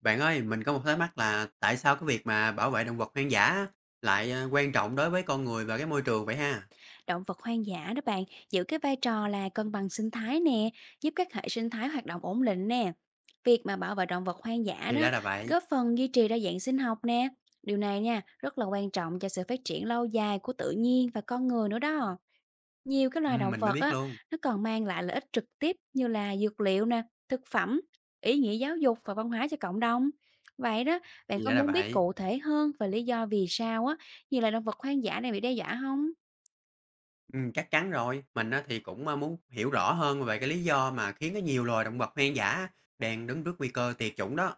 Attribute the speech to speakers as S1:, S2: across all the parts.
S1: Bạn ơi, mình có một thắc mắc là tại sao cái việc mà bảo vệ động vật hoang dã á lại quan trọng đối với con người và cái môi trường vậy ha?
S2: Động vật hoang dã đó bạn giữ cái vai trò là cân bằng sinh thái nè, giúp các hệ sinh thái hoạt động ổn định nè. Việc mà bảo vệ động vật hoang dã
S1: Thì
S2: đó
S1: ra là vậy.
S2: góp phần duy trì đa dạng sinh học nè. Điều này nha rất là quan trọng cho sự phát triển lâu dài của tự nhiên và con người nữa đó. Nhiều cái loài động
S1: Mình mới
S2: vật
S1: biết
S2: á
S1: luôn.
S2: nó còn mang lại lợi ích trực tiếp như là dược liệu nè, thực phẩm, ý nghĩa giáo dục và văn hóa cho cộng đồng. Vậy đó, bạn
S1: Thì
S2: có
S1: ra là
S2: muốn biết
S1: vậy.
S2: cụ thể hơn về lý do vì sao á nhiều loài động vật hoang dã này bị đe dọa không?
S1: Chắc chắn rồi. Mình á thì cũng muốn hiểu rõ hơn về cái lý do mà khiến cái nhiều loài động vật hoang dã đang đứng trước nguy cơ tuyệt chủng đó.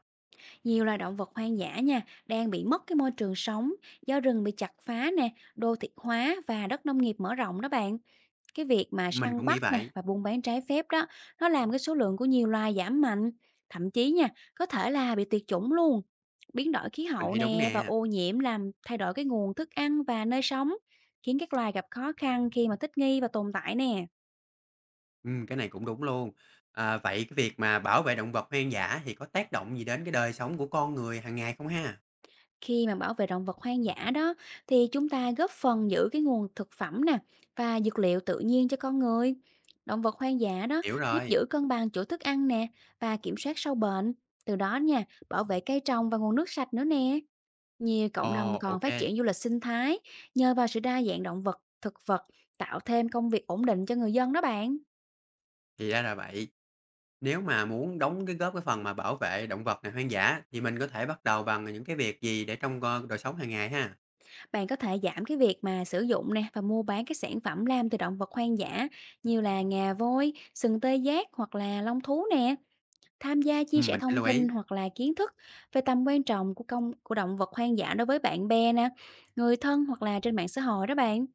S2: Nhiều loài động vật hoang dã nha, đang bị mất cái môi trường sống do rừng bị chặt phá nè, đô thị hóa và đất nông nghiệp mở rộng đó bạn. Cái việc mà
S1: Mình
S2: săn
S1: cũng nghĩ
S2: bắt nè
S1: vậy,
S2: và buôn bán trái phép đó, nó làm cái số lượng của nhiều loài giảm mạnh, thậm chí nha, có thể là bị tuyệt chủng luôn. Biến đổi khí
S1: mình
S2: hậu
S1: thấy đúng
S2: nè và
S1: nè.
S2: ô nhiễm làm thay đổi cái nguồn thức ăn và nơi sống, khiến các loài gặp khó khăn khi mà thích nghi và tồn tại nè.
S1: Cái này cũng đúng luôn. À, vậy cái việc mà bảo vệ động vật hoang dã thì có tác động gì đến cái đời sống của con người hàng ngày không ha?
S2: Khi mà bảo vệ động vật hoang dã đó thì chúng ta góp phần giữ cái nguồn thực phẩm nè và dược liệu tự nhiên cho con người. Động vật hoang dã đó
S1: Hiểu
S2: giúp
S1: rồi.
S2: giữ cân bằng chỗ thức ăn nè và kiểm soát sâu bệnh. Từ đó nha, bảo vệ cây trồng và nguồn nước sạch nữa nè. Nhiều cộng đồng
S1: Ồ,
S2: còn
S1: ok.
S2: phát triển du lịch sinh thái nhờ vào sự đa dạng động vật, thực vật tạo thêm công việc ổn định cho người dân đó bạn.
S1: Thì ra là vậy. Nếu mà muốn đóng cái góp cái phần mà bảo vệ động vật này hoang dã thì mình có thể bắt đầu bằng những cái việc gì để trong, đời sống hàng ngày ha?
S2: Bạn có thể giảm cái việc mà sử dụng nè và mua bán các sản phẩm làm từ động vật hoang dã như là ngà voi, sừng tê giác hoặc là long thú nè. Tham gia chia sẻ
S1: Mình sẽ
S2: thông
S1: lưu ý.
S2: tin hoặc là kiến thức về tầm quan trọng của công của động vật hoang dã đối với bạn bè nè, người thân hoặc là trên mạng xã hội đó bạn.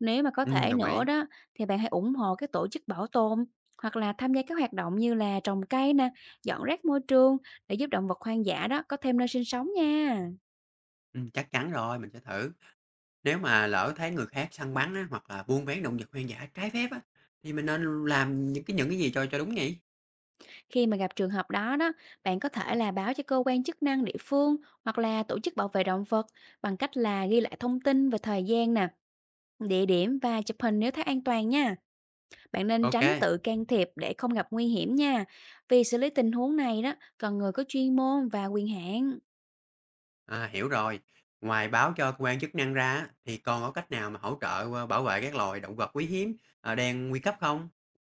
S2: Nếu mà có thể
S1: Đồng
S2: nữa
S1: ý.
S2: đó thì bạn hãy ủng hộ các tổ chức bảo tồn hoặc là tham gia các hoạt động như là trồng cây nè, dọn rác môi trường để giúp động vật hoang dã đó có thêm nơi sinh sống nha.
S1: Chắc chắn rồi, mình sẽ thử. Nếu mà lỡ thấy người khác săn bắn á, hoặc là buôn bán động vật hoang dã trái phép á, thì mình nên làm những cái gì cho đúng nhỉ?
S2: Khi mà gặp trường hợp đó đó, bạn có thể là báo cho cơ quan chức năng địa phương hoặc là tổ chức bảo vệ động vật bằng cách là ghi lại thông tin về thời gian nè, địa điểm và chụp hình nếu thấy an toàn nha. Bạn nên tránh
S1: OK,
S2: tự can thiệp để không gặp nguy hiểm nha. Vì xử lý tình huống này đó cần người có chuyên môn và quyền hạn.
S1: à, hiểu rồi. Ngoài báo cho cơ quan chức năng ra á, thì còn có cách nào mà hỗ trợ, bảo vệ các loài động vật quý hiếm, đang nguy cấp không?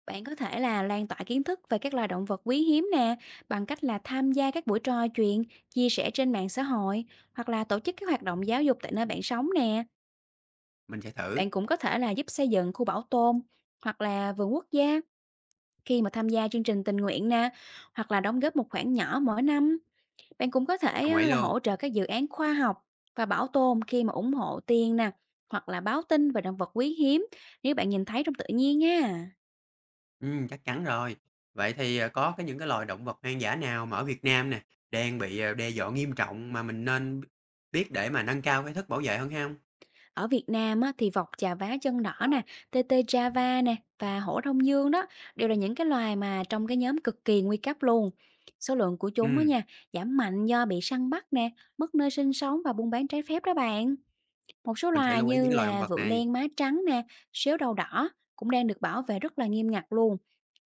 S2: Bạn có thể là lan tỏa kiến thức về các loài động vật quý hiếm nè, bằng cách là tham gia các buổi trò chuyện, chia sẻ trên mạng xã hội hoặc là tổ chức các hoạt động giáo dục tại nơi bạn sống nè.
S1: Mình sẽ thử.
S2: Bạn cũng có thể là giúp xây dựng khu bảo tồn hoặc là vườn quốc gia khi mà tham gia chương trình tình nguyện nè, hoặc là đóng góp một khoản nhỏ mỗi năm. Bạn cũng có thể
S1: Đồng
S2: á,
S1: ý
S2: là
S1: luôn.
S2: hỗ trợ các dự án khoa học và bảo tồn khi mà ủng hộ tiền nè, hoặc là báo tin về động vật quý hiếm nếu bạn nhìn thấy trong tự nhiên nha.
S1: Chắc chắn rồi. Vậy thì, có cái những cái loài động vật hoang dã nào mà ở Việt Nam nè, đang bị, đe dọa nghiêm trọng mà mình nên biết để mà nâng cao cái thức bảo vệ hơn hay không?
S2: Ở Việt Nam á, thì vọc trà vá chân đỏ nè, tê tê Java nè và hổ Đông Dương đó đều là những cái loài mà trong cái nhóm cực kỳ nguy cấp luôn. Số lượng của chúng á
S1: Ừm,
S2: nha giảm mạnh do bị săn bắt nè, mất nơi sinh sống và buôn bán trái phép đó bạn. Một số
S1: mình sẽ
S2: loài
S1: lưu ý những
S2: như
S1: cái loài động
S2: là
S1: vật
S2: vượn
S1: này,
S2: đen má trắng nè, sếu đầu đỏ cũng đang được bảo vệ rất là nghiêm ngặt luôn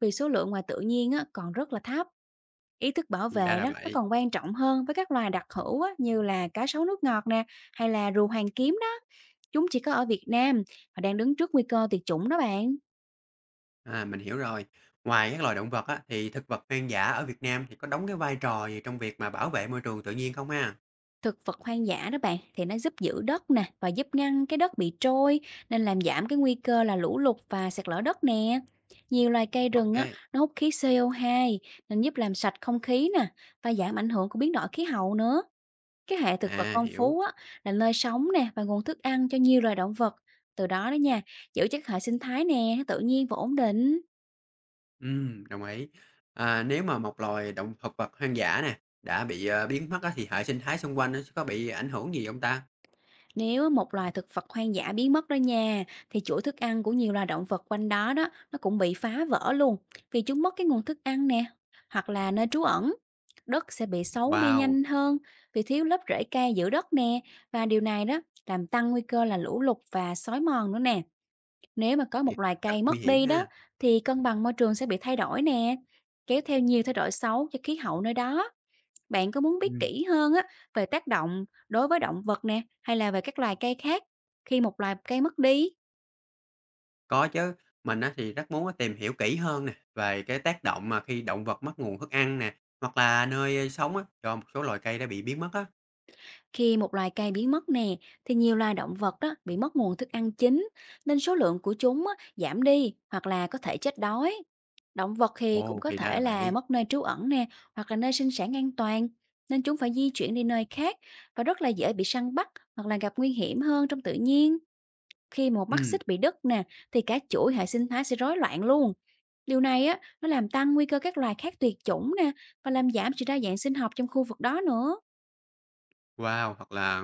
S2: vì số lượng ngoài tự nhiên á, còn rất là thấp. Ý thức bảo
S1: thì ra
S2: vệ
S1: là
S2: đó nó
S1: vậy.
S2: còn quan trọng hơn với các loài đặc hữu á, như là cá sấu nước ngọt nè, hay là rùa Hoàng Kiếm đó. Chúng chỉ có ở Việt Nam và đang đứng trước nguy cơ tuyệt chủng đó bạn.
S1: À, mình hiểu rồi. Ngoài các loài động vật á, thì thực vật hoang dã ở Việt Nam thì có đóng cái vai trò gì trong việc mà bảo vệ môi trường tự nhiên không ha?
S2: Thực vật hoang dã đó bạn thì nó giúp giữ đất nè và giúp ngăn cái đất bị trôi, nên làm giảm cái nguy cơ là lũ lụt và sạt lở đất nè. Nhiều loài cây
S1: Ok,
S2: rừng á, nó hút khí CO2 nên giúp làm sạch không khí nè và giảm ảnh hưởng của biến đổi khí hậu nữa. Cái hệ thực vật
S1: à,
S2: phong phú
S1: hiểu.
S2: á, là nơi sống nè và nguồn thức ăn cho nhiều loài động vật. Từ đó đó nha, giữ chất hệ sinh thái nè, nó tự nhiên và ổn định.
S1: Đồng ý. À, nếu mà một loài động thực vật hoang dã nè, đã bị, biến mất á, thì hệ sinh thái xung quanh nó sẽ có bị ảnh hưởng gì không ta?
S2: Nếu một loài thực vật hoang dã biến mất đó nha, thì chuỗi thức ăn của nhiều loài động vật quanh đó đó, nó cũng bị phá vỡ luôn, vì chúng mất cái nguồn thức ăn nè, hoặc là nơi trú ẩn. Đất sẽ bị xấu đi
S1: Wow!
S2: nhanh hơn vì thiếu lớp rễ cây giữ đất nè, và điều này đó làm tăng nguy cơ là lũ lụt và xói mòn nữa nè. Nếu mà có
S1: Vậy
S2: một loài
S1: rất
S2: cây
S1: nguy
S2: mất
S1: hiểm
S2: đi đó
S1: ha.
S2: thì cân bằng môi trường sẽ bị thay đổi nè, kéo theo nhiều thay đổi xấu cho khí hậu nơi đó. Bạn có muốn biết
S1: Ừm,
S2: kỹ hơn á về tác động đối với động vật nè, hay là về các loài cây khác khi một loài cây mất đi?
S1: có chứ, mình á thì rất muốn á tìm hiểu kỹ hơn nè, về cái tác động mà khi động vật mất nguồn thức ăn nè, hoặc là nơi sống á, cho một số loài cây đã bị biến mất á.
S2: Khi một loài cây biến mất nè, thì nhiều loài động vật đó bị mất nguồn thức ăn chính, nên số lượng của chúng á, giảm đi hoặc là có thể chết đói. Động vật thì cũng
S1: Ồ,
S2: có
S1: thì ra là
S2: thể là
S1: vậy.
S2: mất nơi trú ẩn nè, hoặc là nơi sinh sản an toàn, nên chúng phải di chuyển đi nơi khác và rất là dễ bị săn bắt hoặc là gặp nguy hiểm hơn trong tự nhiên. Khi một mắt
S1: Ừm,
S2: xích bị đứt nè, thì cả chuỗi hệ sinh thái sẽ rối loạn luôn. Điều này á, nó làm tăng nguy cơ các loài khác tuyệt chủng nè và làm giảm sự đa dạng sinh học trong khu vực đó nữa.
S1: wow, hoặc là,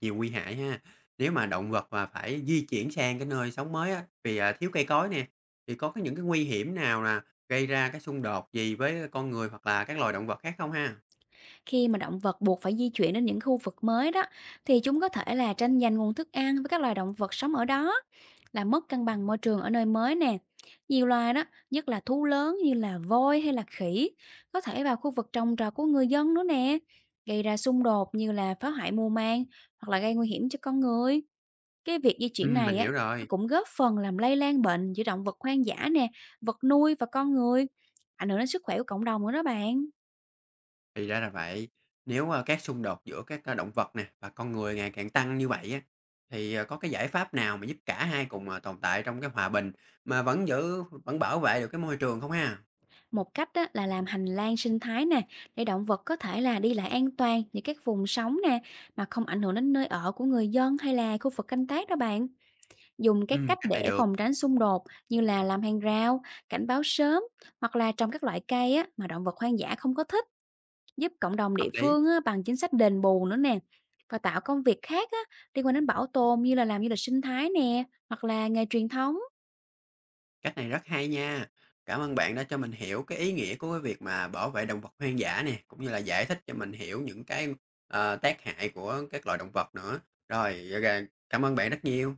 S1: nhiều nguy hại ha. Nếu mà động vật mà phải di chuyển sang cái nơi sống mới á, vì, à, thiếu cây cối nè, thì có cái những cái nguy hiểm nào là gây ra cái xung đột gì với con người hoặc là các loài động vật khác không ha?
S2: Khi mà động vật buộc phải di chuyển đến những khu vực mới đó, thì chúng có thể là tranh giành nguồn thức ăn với các loài động vật sống ở đó, là mất cân bằng môi trường ở nơi mới nè. Nhiều loài đó, nhất là thú lớn như là voi hay là khỉ, có thể vào khu vực trồng trọt của người dân nữa nè, gây ra xung đột như là phá hoại mùa màng hoặc là gây nguy hiểm cho con người. Cái việc di chuyển
S1: Mình
S2: này á
S1: hiểu
S2: nó
S1: rồi.
S2: cũng góp phần làm lây lan bệnh giữa động vật hoang dã nè, vật nuôi và con người, ảnh hưởng đến sức khỏe của cộng đồng nữa đó bạn.
S1: Thì ra là vậy. Nếu, các xung đột giữa các, động vật nè và con người ngày càng tăng như vậy á, thì, có cái giải pháp nào mà giúp cả hai cùng, tồn tại trong cái hòa bình mà vẫn bảo vệ được cái môi trường không ha?
S2: Một cách á, là làm hành lang sinh thái nè, để động vật có thể là đi lại an toàn những các vùng sống nè, mà không ảnh hưởng đến nơi ở của người dân hay là khu vực canh tác đó bạn. Dùng các cách
S1: Cách
S2: để
S1: này được,
S2: phòng tránh xung đột như là làm hàng rào, cảnh báo sớm hoặc là trồng các loại cây á, mà động vật hoang dã không có thích, giúp cộng đồng
S1: hợp
S2: địa
S1: lý,
S2: phương á, bằng chính sách đền bù nữa nè. Và tạo công việc khác á, liên quan đến bảo tồn như là làm du lịch sinh thái nè, hoặc là nghề truyền thống.
S1: cách này rất hay nha. Cảm ơn bạn đã cho mình hiểu cái ý nghĩa của cái việc mà bảo vệ động vật hoang dã nè, cũng như là giải thích cho mình hiểu những cái, tác hại của các loài động vật nữa. Rồi, ô cảm ơn bạn rất nhiều.